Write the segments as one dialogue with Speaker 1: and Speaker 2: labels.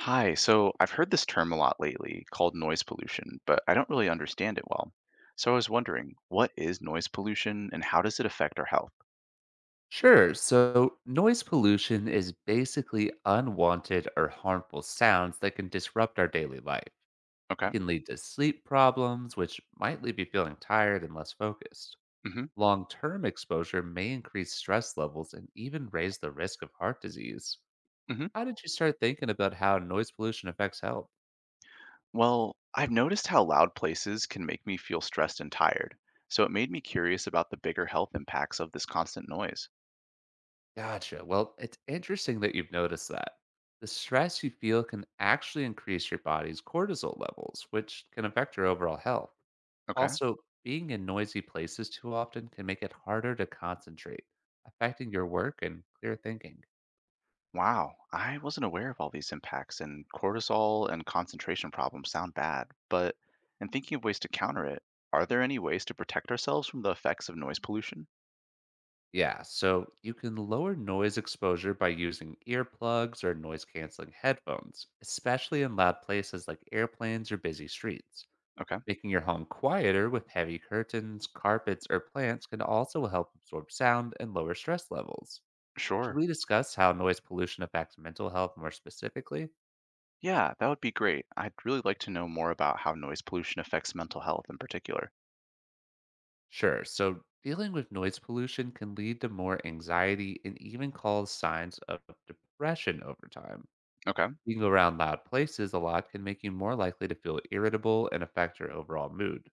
Speaker 1: Hi, so I've heard this term a lot lately called noise pollution, but I don't really understand it well. So I was wondering, what is noise pollution and how does it affect our health?
Speaker 2: Sure. So, noise pollution is basically unwanted or harmful sounds that can disrupt our daily life. It
Speaker 1: Okay.
Speaker 2: can lead to sleep problems, which might leave you feeling tired and less focused.
Speaker 1: hmm
Speaker 2: Long term exposure may increase stress levels and even raise the risk of heart disease.
Speaker 1: hmm
Speaker 2: How did you start thinking about how noise pollution affects health?
Speaker 1: Well, I've noticed how loud places can make me feel stressed and tired. So it made me curious about the bigger health impacts of this constant noise.
Speaker 2: Gotcha. Well, it's interesting that you've noticed that. The stress you feel can actually increase your body's cortisol levels, which can affect your overall health.
Speaker 1: Okay.
Speaker 2: Also, being in noisy places too often can make it harder to concentrate, affecting your work and clear thinking.
Speaker 1: Wow, I wasn't aware of all these impacts, and cortisol and concentration problems sound bad, but in thinking of ways to counter it, are there any ways to protect ourselves from the effects of noise pollution?
Speaker 2: Yeah, so you can lower noise exposure by using earplugs or noise canceling headphones, especially in loud places like airplanes or busy streets.
Speaker 1: Okay,
Speaker 2: Making your home quieter with heavy curtains, carpets, or plants can also help absorb sound and lower stress levels. Should
Speaker 1: sure.
Speaker 2: we discuss how noise pollution affects mental health more specifically?
Speaker 1: Yeah, that would be great. I'd really like to know more about how noise pollution affects mental health in particular.
Speaker 2: Sure. So dealing with noise pollution can lead to more anxiety and even cause signs of depression over time.
Speaker 1: Okay.
Speaker 2: Being around loud places a lot can make you more likely to feel irritable and affect your overall mood.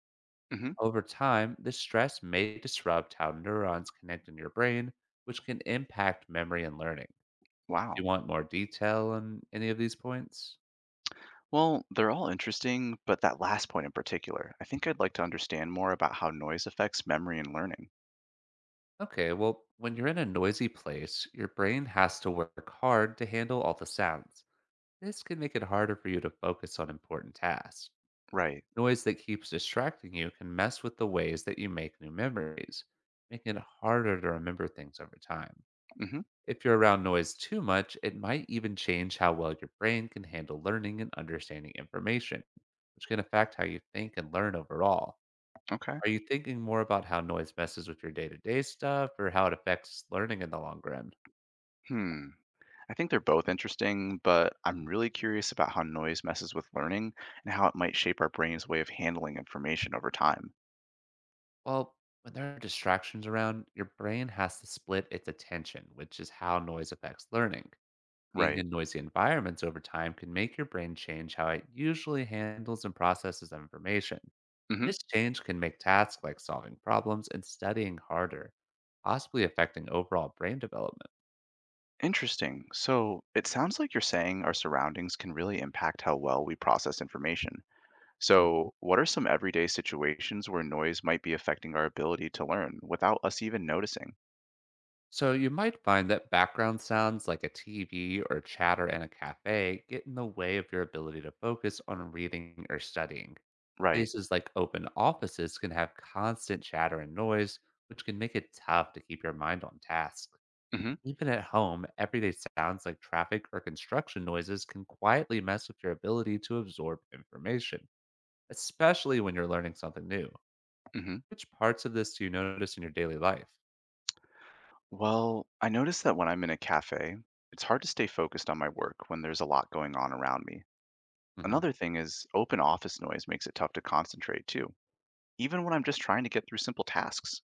Speaker 1: Hmm.
Speaker 2: Over time, this stress may disrupt how neurons connect in your brain, which can impact memory and learning. Do you
Speaker 1: Wow.
Speaker 2: want more detail on any of these points?
Speaker 1: Well, they're all interesting, but that last point in particular, I think I'd like to understand more about how noise affects memory and learning.
Speaker 2: Okay, well, when you're in a noisy place, your brain has to work hard to handle all the sounds. This can make it harder for you to focus on important tasks.
Speaker 1: Right.
Speaker 2: Noise that keeps distracting you can mess with the ways that you make new memories, making it harder to remember things over time.
Speaker 1: hmm
Speaker 2: If you're around noise too much, it might even change how well your brain can handle learning and understanding information, which can affect how you think and learn overall.
Speaker 1: Okay.
Speaker 2: Are you thinking more about how noise messes with your day to day stuff or how it affects learning in the long run?
Speaker 1: Hmm. I think they're both interesting, but I'm really curious about how noise messes with learning and how it might shape our brain's way of handling information over time.
Speaker 2: Well, when there are distractions around, your brain has to split its attention, which is how noise affects learning. Being
Speaker 1: Right.
Speaker 2: in noisy environments over time can make your brain change how it usually handles and processes information.
Speaker 1: hmm
Speaker 2: This change can make tasks like solving problems and studying harder, possibly affecting overall brain development.
Speaker 1: Interesting. So it sounds like you're saying our surroundings can really impact how well we process information.
Speaker 2: Mhm.
Speaker 1: So, what are some everyday situations where noise might be affecting our ability to learn without us even noticing?
Speaker 2: So, you might find that background sounds like a TV or chatter in a cafe get in the way of your ability to focus on reading or studying.
Speaker 1: Right.
Speaker 2: Places like open offices can have constant chatter and noise, which can make it tough to keep your mind on task.
Speaker 1: hmm
Speaker 2: Even at home, everyday sounds like traffic or construction noises can quietly mess with your ability to absorb information, especially when you're learning something new.
Speaker 1: hmm
Speaker 2: Which parts of this do you notice in your daily life?
Speaker 1: Well, I notice that when I'm in a cafe, it's hard to stay focused on my work when there's a lot going on around me.
Speaker 2: Hmm.
Speaker 1: Another thing is open office noise makes it tough to concentrate too, even when I'm just trying to get through simple tasks.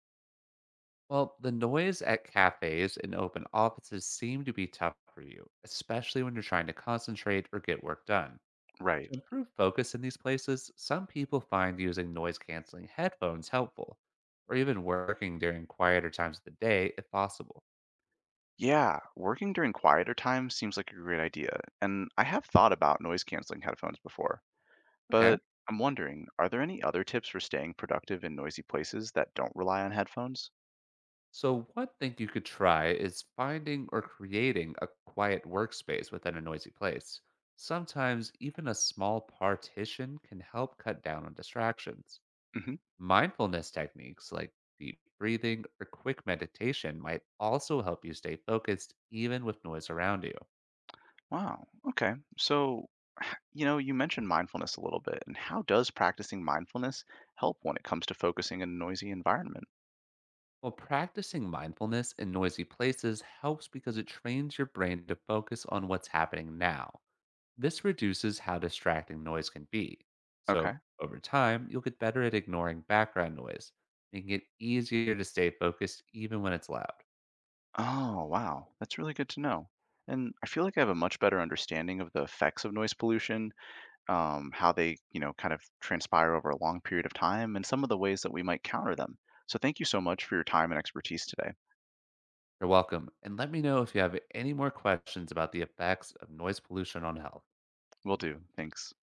Speaker 2: Well, the noise at cafes and open offices seem to be tough for you, especially when you're trying to concentrate or get work done. To
Speaker 1: Right.
Speaker 2: improve focus in these places, some people find using noise canceling headphones helpful, or even working during quieter times of the day if possible.
Speaker 1: Yeah, working during quieter times seems like a great idea, and I have thought about noise canceling headphones before,
Speaker 2: Okay.
Speaker 1: but I'm wondering, are there any other tips for staying productive in noisy places that don't rely on headphones?
Speaker 2: So, one thing you could try is finding or creating a quiet workspace within a noisy place. Sometimes, even a small partition can help cut down on distractions.
Speaker 1: hmm
Speaker 2: Mindfulness techniques like deep breathing or quick meditation might also help you stay focused even with noise around you.
Speaker 1: Wow, okay. So, you mentioned mindfulness a little bit, and how does practicing mindfulness help when it comes to focusing in a noisy environment?
Speaker 2: Well, practicing mindfulness in noisy places helps because it trains your brain to focus on what's happening now. This reduces how distracting noise can be. So,
Speaker 1: Okay.
Speaker 2: over time, you'll get better at ignoring background noise, making it easier to stay focused even when it's loud.
Speaker 1: Oh, wow, that's really good to know. And I feel like I have a much better understanding of the effects of noise pollution, how they, kind of transpire over a long period of time, and some of the ways that we might counter them. So thank you so much for your time and expertise today.
Speaker 2: You're welcome, and let me know if you have any more questions about the effects of noise pollution on health.
Speaker 1: Will do. Thanks.